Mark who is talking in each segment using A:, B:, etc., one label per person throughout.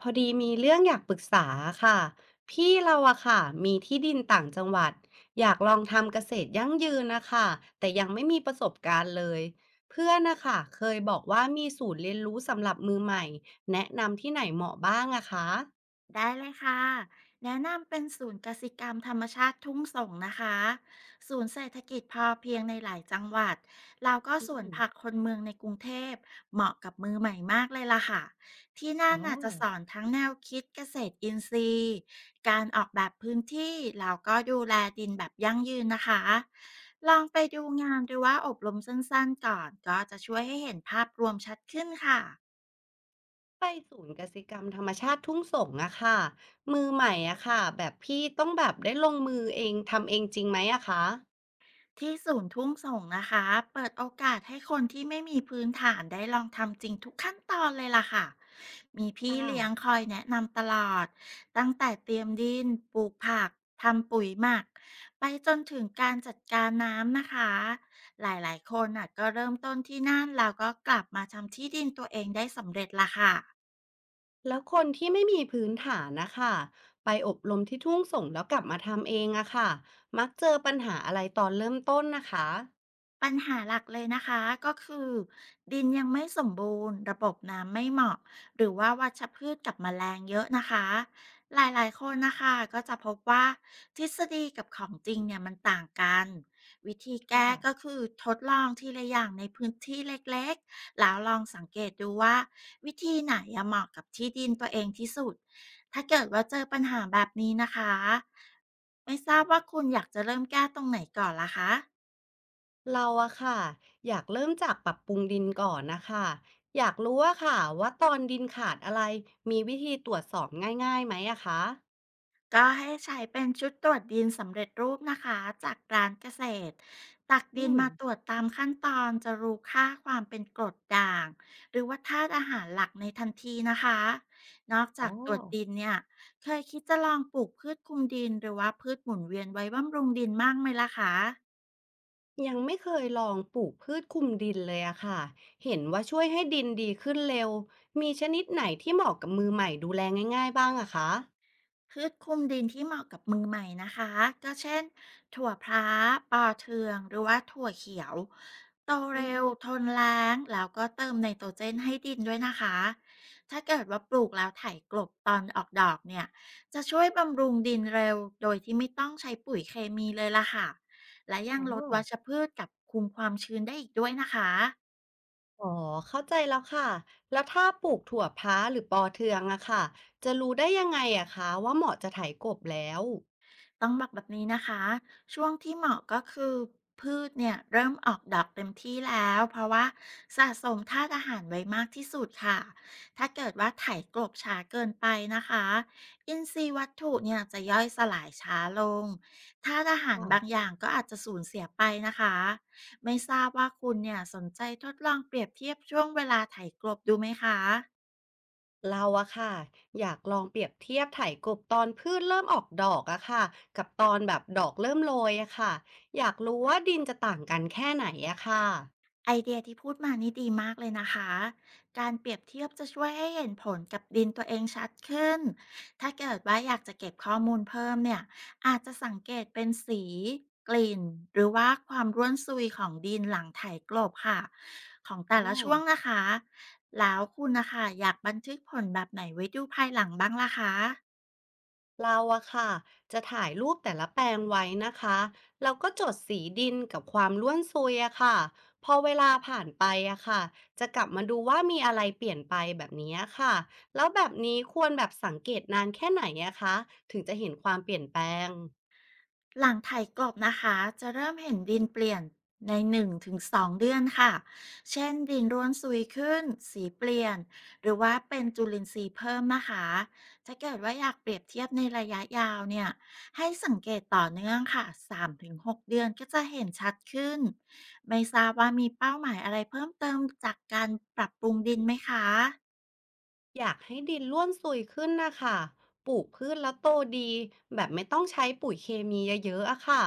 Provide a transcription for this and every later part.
A: พอดีมีเรื่องอยากปรึกษาค่ะพี่เราอะค่ะมีที่ดินต่างจังหวัดอยากลองทำเกษตรยั่งยืนนะคะแต่ยังไม่มีประสบการณ์เลยเพื่อนนะคะเคยบอกว่ามีศูนย์เรียนรู้สำหรับมือใหม่แนะนำที่ไหนเหมาะบ้างอะคะ
B: ได้เลยค่ะแนะนำเป็นศูนย์กสิกรรมธรรมชาติทุ่งส่งนะคะศูนย์เศรษฐกิจพอเพียงในหลายจังหวัดแล้วก็
A: อื
B: สวน
A: ม
B: ผักคนเมืองในกรุงเทพเหมาะกับมือใหม่มากเลยล่ะค่ะที่นั่น
A: อ๋อ
B: น่จจะสอนทั้งแนวคิดเกษตรอินทรีย์การออกแบบพื้นที่แล้วก็ดูแลดินแบบยั่งยืนนะคะลองไปดูงานหรือว่าอบรมสั้นๆก่อนก็จะช่วยให้เห็นภาพรวมชัดขึ้นค่ะ
A: ไปศูนย์กสิกรรมธรรมชาติทุ่งสงอะค่ะมือใหม่อะค่ะแบบพี่ต้องแบบได้ลงมือเองทำเองจริงไหมอะคะ
B: ที่ศูนย์ทุ่งส่งนะคะเปิดโอกาสให้คนที่ไม่มีพื้นฐานได้ลองทำจริงทุกขั้นตอนเลยล่ะค่ะมีพี่
A: ค่
B: เลี้ยง
A: ะ
B: คอยแนะนำตลอดตั้งแต่เตรียมดินปลูกผักทำปุ๋ยหมักไปจนถึงการจัดการน้ำนะคะหลายๆคนน่ะก็เริ่มต้นที่นั่นแล้วก็กลับมาทำที่ดินตัวเองได้สำเร็จล่ะค่ะ
A: แล้วคนที่ไม่มีพื้นฐานนะคะไปอบรมที่ทุ่งส่งแล้วกลับมาทำเองอะค่ะมักเจอปัญหาอะไรตอนเริ่มต้นนะคะ
B: ปัญหาหลักเลยนะคะก็คือดินยังไม่สมบูรณ์ระบบน้ำไม่เหมาะหรือว่าวัชพืชกับแมลงเยอะนะคะหลายๆคนนะคะก็จะพบว่าทฤษฎีกับของจริงเนี่ยมันต่างกันวิธี
A: ค่ะ
B: แก้ก็คือทดลองทีละอย่างในพื้นที่เล็กๆแล้วลองสังเกตดูว่าวิธีไหนอะเหมาะกับที่ดินตัวเองที่สุดถ้าเกิดว่าเจอปัญหาแบบนี้นะคะไม่ทราบว่าคุณอยากจะเริ่มแก้ตรงไหนก่อนล่ะคะ
A: เราอะค่ะอยากเริ่มจากปรับปรุงดินก่อนนะคะอยากรู้ว่าค่ะว่าตอนดินขาดอะไรมีวิธีตรวจสอบง่ายๆไหมอะคะ
B: ก็ให้ใช้เป็นชุดตรวจดินสำเร็จรูปนะคะจากร้านเกษตรตัก
A: อื
B: ดิน
A: ม
B: มาตรวจตามขั้นตอนจะรู้ค่าความเป็นกรดด่างหรือว่าธาตุอาหารหลักในทันทีนะคะนอกจา
A: อ๋อ
B: กตรวจดินเนี่ยเคยคิดจะลองปลูกพืชคุมดินหรือว่าพืชหมุนเวียนไว้บำรุงดินมั่งไหมล่ะคะ
A: ยังไม่เคยลองปลูกพืชคลุมดินเลยอะค่ะเห็นว่าช่วยให้ดินดีขึ้นเร็วมีชนิดไหนที่เหมาะกับมือใหม่ดูแลง่ายๆบ้างอะคะ
B: พืชคลุมดินที่เหมาะกับมือใหม่นะคะก็เช่นถั่วพลาปอเทืองหรือว่าถั่วเขียวโต
A: อื
B: เร็ว
A: ม
B: ทนแล้งแล้วก็เติมไนโตรเจนให้ดินด้วยนะคะถ้าเกิดว่าปลูกแล้วไถกลบตอนออกดอกเนี่ยจะช่วยบำรุงดินเร็วโดยที่ไม่ต้องใช้ปุ๋ยเคมีเลยล่ะค่ะและยัง
A: อ๋อ
B: ลดวัชพืชกับคุมความชื้นได้อีกด้วยนะคะ
A: อ๋อ เข้าใจแล้วค่ะ แล้วถ้าปลูกถั่วพลัหรือปอเทืองอะค่ะจะรู้ได้ยังไงอะคะว่าเหมาะจะไถกบแล้ว
B: ต้องบอกแบบนี้นะคะ ช่วงที่เหมาะก็คือพืชเนี่ยเริ่มออกดอกเต็มที่แล้วเพราะว่าสะสมธาตุอาหารไว้มากที่สุดค่ะถ้าเกิดว่าไถกลบช้าเกินไปนะคะอินทรีย์วัตถุเนี่ยจะย่อยสลายช้าลงธาตุอาหาร
A: ค่ะ
B: บางอย่างก็อาจจะสูญเสียไปนะคะไม่ทราบว่าคุณเนี่ยสนใจทดลองเปรียบเทียบช่วงเวลาไถกลบดูไหมคะ
A: เราอะค่ะอยากลองเปรียบเทียบไถกบตอนพืชเริ่มออกดอกอะค่ะกับตอนแบบดอกเริ่มโรยอะค่ะอยากรู้ว่าดินจะต่างกันแค่ไหนอะค่ะ
B: ไอเดียที่พูดมานี่ดีมากเลยนะคะ การเปรียบเทียบจะช่วยให้เห็นผลกับดินตัวเองชัดขึ้น ถ้าเกิดว่าอยากจะเก็บข้อมูลเพิ่มเนี่ย อาจจะสังเกตเป็นสีกลิ่นหรือว่าความร่วนซุยของดินหลังไถกลบค่ะ ของแต่
A: อ๋อ
B: ละช่วงนะคะ แล้วคุณนะคะอยากบันทึกผลแบบไหนไว้ดูภายหลังบ้างล่ะคะ
A: เราอะค่ะจะถ่ายรูปแต่ละแปลงไว้นะคะแล้วก็จดสีดินกับความร่วนซุยอะค่ะพอเวลาผ่านไปอะค่ะจะกลับมาดูว่ามีอะไรเปลี่ยนไปแบบนี้ค่ะแล้วแบบนี้ควรแบบสังเกตนานแค่ไหนอะคะถึงจะเห็นความเปลี่ยนแปลง
B: หลังไถกลบนะคะจะเริ่มเห็นดินเปลี่ยนใน1 ถึง 2เดือนค่ะเช่นดินร่วนซุยขึ้นสีเปลี่ยนหรือว่าเป็นจุลินทรีย์เพิ่มนะคะ ถ้าเกิดว่าอยากเปรียบเทียบในระยะยาวเนี่ยให้สังเกตต่อเนื่องค่ะ3 ถึง 6เดือนก็จะเห็นชัดขึ้น ไม่ทราบว่ามีเป้าหมายอะไรเพิ่มเติมจากการปรับปรุงดินไหมคะ
A: อยากให้ดินร่วนซุยขึ้นนะคะปลูกพืชแล้วโตดีแบบไม่ต้องใช้ปุ๋ยเคมีเยอะๆอะค่ะ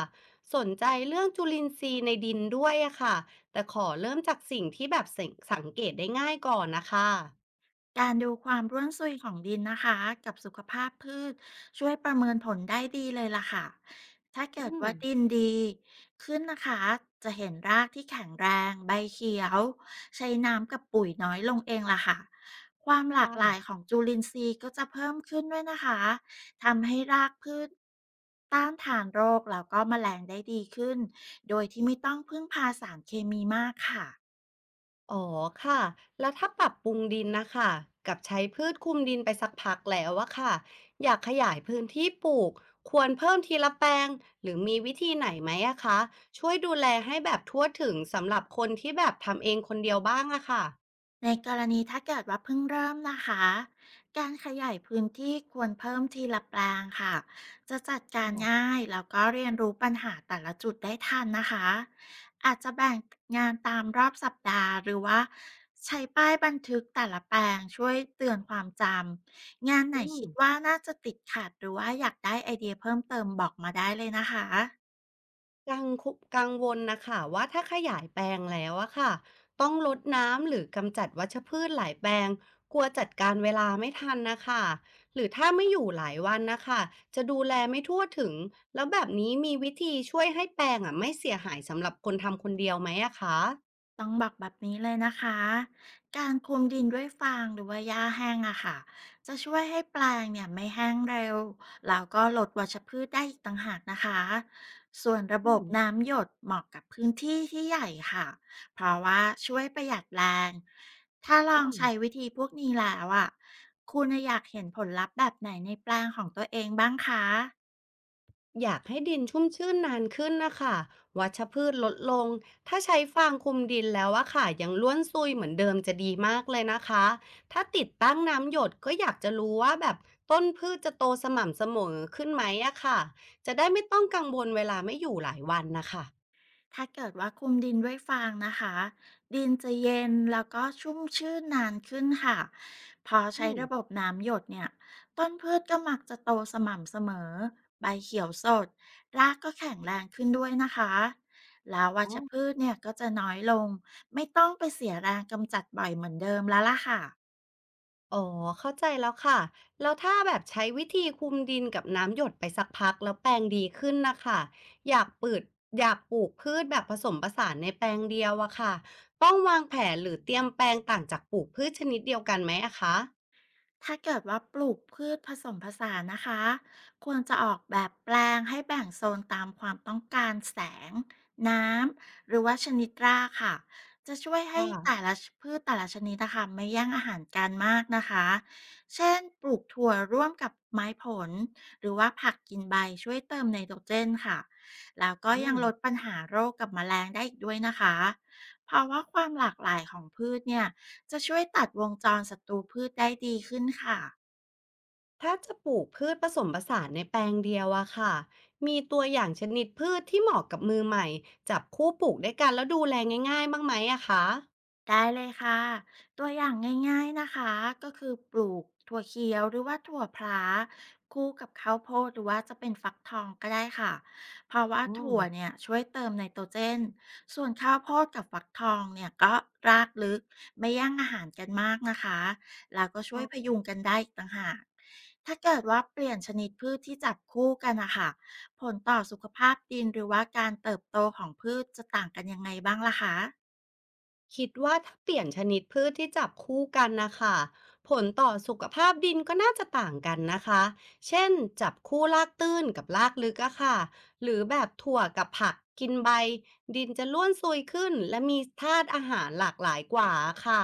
A: สนใจเรื่องจุลินทรีย์ในดินด้วยอะค่ะแต่ขอเริ่มจากสิ่งที่แบบสังสังเกตได้ง่ายก่อนนะคะ
B: การดูความร่วนซุยของดินนะคะกับสุขภาพพืชช่วยประเมินผลได้ดีเลยล่ะค่ะ ถ้า
A: อื
B: เกิด
A: ม
B: ว่าดินดีขึ้นนะคะจะเห็นรากที่แข็งแรงใบเขียวใช้น้ำกับปุ๋ยน้อยลงเองล่ะค่ะความหลากหลาย
A: ค่ะ
B: ของจุลินทรีย์ก็จะเพิ่มขึ้นด้วยนะคะทำให้รากพืชต้านทานโรคแล้วก็แมลงได้ดีขึ้นโดยที่ไม่ต้องพึ่งพาสารเคมีมากค่ะ
A: อ๋อค่ะแล้วถ้าปรับปรุงดินนะคะกับใช้พืชคลุมดินไปสักพักแล้วอะค่ะอยากขยายพื้นที่ปลูกควรเพิ่มทีละแปลงหรือมีวิธีไหนไหมอะคะช่วยดูแลให้แบบทั่วถึงสำหรับคนที่แบบทำเองคนเดียวบ้างอะค่ะ
B: ในกรณีถ้าเกิดว่าเพิ่งเริ่มนะคะ การขยายพื้นที่ควรเพิ่มทีละแปลงค่ะ จะจัดการง่า
A: ค่ะ
B: ยแล้วก็เรียนรู้ปัญหาแต่ละจุดได้ทันนะคะ อาจจะแบ่งงานตามรอบสัปดาห์หรือว่าใช้ป้ายบันทึกแต่ละแปลงช่วยเตือนความจำ งานไหน
A: อืม
B: คิดว่าน่าจะติดขัดหรือว่าอยากได้ไอเดียเพิ่มเติมบอกมาได้เลยนะคะ
A: กังคุกังวลน่ะค่ะว่าถ้าขยายแปลงแล้วอะค่ะต้องรดน้ำหรือกำจัดวัชพืชหลายแปลงกลัวจัดการเวลาไม่ทันน่ะค่ะหรือถ้าไม่อยู่หลายวันน่ะค่ะจะดูแลไม่ทั่วถึงแล้วแบบนี้มีวิธีช่วยให้แปลงอะไม่เสียหายสำหรับคนทำคนเดียวไหมอะคะ
B: ต้องบอกแบบนี้เลยนะคะ การคลุมดินด้วยฟางหรือว่าหญ้าแห้งอะค่ะ จะช่วยให้แปลงเนี่ยไม่แห้งเร็วแล้วก็ลดวัชพืชได้อีกต่างหากนะคะ ส่วนระบ
A: อื
B: บ
A: ม
B: น้ำหยดเหมาะกับพื้นที่ที่ใหญ่ค่ะเพราะว่าช่วยประหยัดแรงถ้าลอ
A: อ้
B: ง
A: อ
B: ใช้วิธีพวกนี้แล้วอะคุณอยากเห็นผลลัพธ์แบบไหนในแปลงของตัวเองบ้างคะ
A: อยากให้ดินชุ่มชื้นนานขึ้นนะคะวัชพืชลดลง ถ้าใช้ฟางคลุมดินแล้วอะค่ะยังล้วนซุยเหมือนเดิมจะดีมากเลยนะคะ ถ้าติดตั้งน้ำหยดก็อยากจะรู้ว่าแบบต้นพืชจะโตสม่ำเสมอขึ้นไหมอะค่ะจะได้ไม่ต้องกังวลเวลาไม่อยู่หลายวันนะคะ
B: ถ้าเกิดว่าคลุมดินด้วยฟางนะคะดินจะเย็นแล้วก็ชุ่มชื่นนานขึ้นค่ะพอใช้
A: อืม
B: ระบบน้ำหยดเนี่ยต้นพืชก็มักจะโตสม่ำเสมอใบเขียวสดรากก็แข็งแรงขึ้นด้วยนะคะแล้ววั
A: อ๋อ
B: ชพืชเนี่ยก็จะน้อยลงไม่ต้องไปเสียแรงกำจัดบ่อยเหมือนเดิมแล้วล่ะค่ะ
A: อ๋อเข้าใจแล้วค่ะ แล้วถ้าแบบใช้วิธีคลุมดินกับน้ำหยดไปสักพักแล้วแปลงดีขึ้นนะค่ะอยากปลูกอยากปลูกพืชแบบผสมผสานในแปลงเดียวอะค่ะต้องวางแผนหรือเตรียมแปลงต่างจากปลูกพืชชนิดเดียวกันไหมอะคะ
B: ถ้าเกิดว่าปลูกพืชผสมผสานนะคะควรจะออกแบบแปลงให้แบ่งโซนตามความต้องการแสงน้ำหรือว่าชนิดรากค่ะจะช่วย
A: ค
B: ให้แต่
A: ่ะ
B: ละพืชแต่ละชนิดนะคะไม่แย่งอาหารกันมากนะคะเช่นปลูกถั่วร่วมกับไม้ผลหรือว่าผักกินใบช่วยเติมไนโตรเจนค่ะแล้วก็ยังลด
A: อา
B: ปัญหาโรคกับแมลงได้อีกด้วยนะคะเพราะว่าความหลากหลายของพืชเนี่ย จะช่วยตัดวงจรศัตรูพืชได้ดีขึ้นค่ะ
A: ถ้าจะปลูกพืชผสมผสานในแปลงเดียวอะค่ะมีตัวอย่างชนิดพืชที่เหมาะกับมือใหม่จับคู่ปลูกด้วยกันแล้วดูแลง่ายๆบ้างไหมอะคะ
B: ได้เลยค่ะตัวอย่างง่ายๆนะคะก็คือปลูกถั่วเขียวหรือว่าถั่วพลาคู่กับข้าวโพดหรือว่าจะเป็นฟักทองก็ได้ค่ะเพราะว่าถั่ว
A: ออ
B: เนี่ยช่วยเติมไนโตรเจนส่วนข้าวโพดกับฟักทองเนี่ยก็รากลึกไม่แย่งอาหารกันมากนะคะแล้วก็ช่วยพยุงกันได้อีกต่างหากถ้าเกิดว่าเปลี่ยนชนิดพืชที่จับคู่กันนะคะผลต่อสุขภาพดินหรือว่าการเติบโตของพืชจะต่างกันยังไงบ้างล่ะคะ
A: คิดว่าถ้าเปลี่ยนชนิดพืชที่จับคู่กันนะคะผลต่อสุขภาพดินก็น่าจะต่างกันนะคะเช่นจับคู่รากตื้นกับรากลึกอะค่ะหรือแบบถั่วกับผักกินใบดินจะร่วนซุยขึ้นและมีธาตุอาหารหลากหลายกว่าค่ะ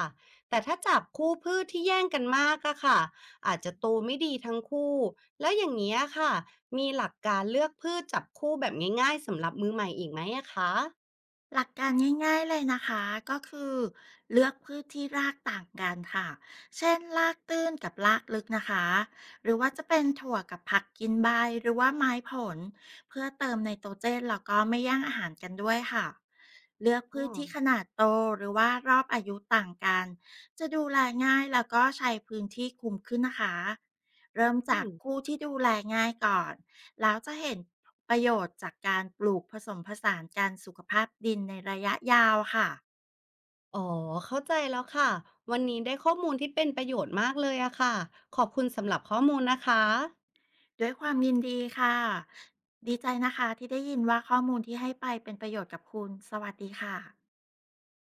A: แต่ถ้าจับคู่พืชที่แย่งกันมากอะค่ะอาจจะโตไม่ดีทั้งคู่แล้วอย่างนี้ยค่ะมีหลักการเลือกพืชจับคู่แบบง่ายๆสำหรับมือใหม่อีกไหมอะคะ
B: หลักการง่ายๆเลยนะคะก็คือเลือกพืชที่รากต่างกันค่ะเช่นรากตื้นกับรากลึกนะคะหรือว่าจะเป็นถั่วกับผักกินใบหรือว่าไม้ผลเพื่อเติมไนโตรเจนแล้วก็ไม่แย่างอาหารกันด้วยค่ะเลือก
A: อ๋
B: พื
A: อ
B: ชที่ขนาดโตหรือว่ารอบอายุต่างกันจะดูแลง่ายแล้วก็ใช้พื้นที่คุ้มขึ้นนะคะเริ่ม
A: อื
B: จาก
A: ม
B: คู่ที่ดูแลง่ายก่อน แล้วจะเห็นประโยชน์จากการปลูกผสมผสานการสุขภาพดินในระยะยาวค่ะ
A: อ๋อเข้าใจแล้วค่ะ วันนี้ได้ข้อมูลที่เป็นประโยชน์มากเลยอะค่ะ ขอบคุณสำหรับข้อมูลนะคะ
B: ด้วยความยินดีค่ะดีใจนะคะที่ได้ยินว่าข้อมูลที่ให้ไปเป็นประโยชน์กับคุณสวัสดีค่ะ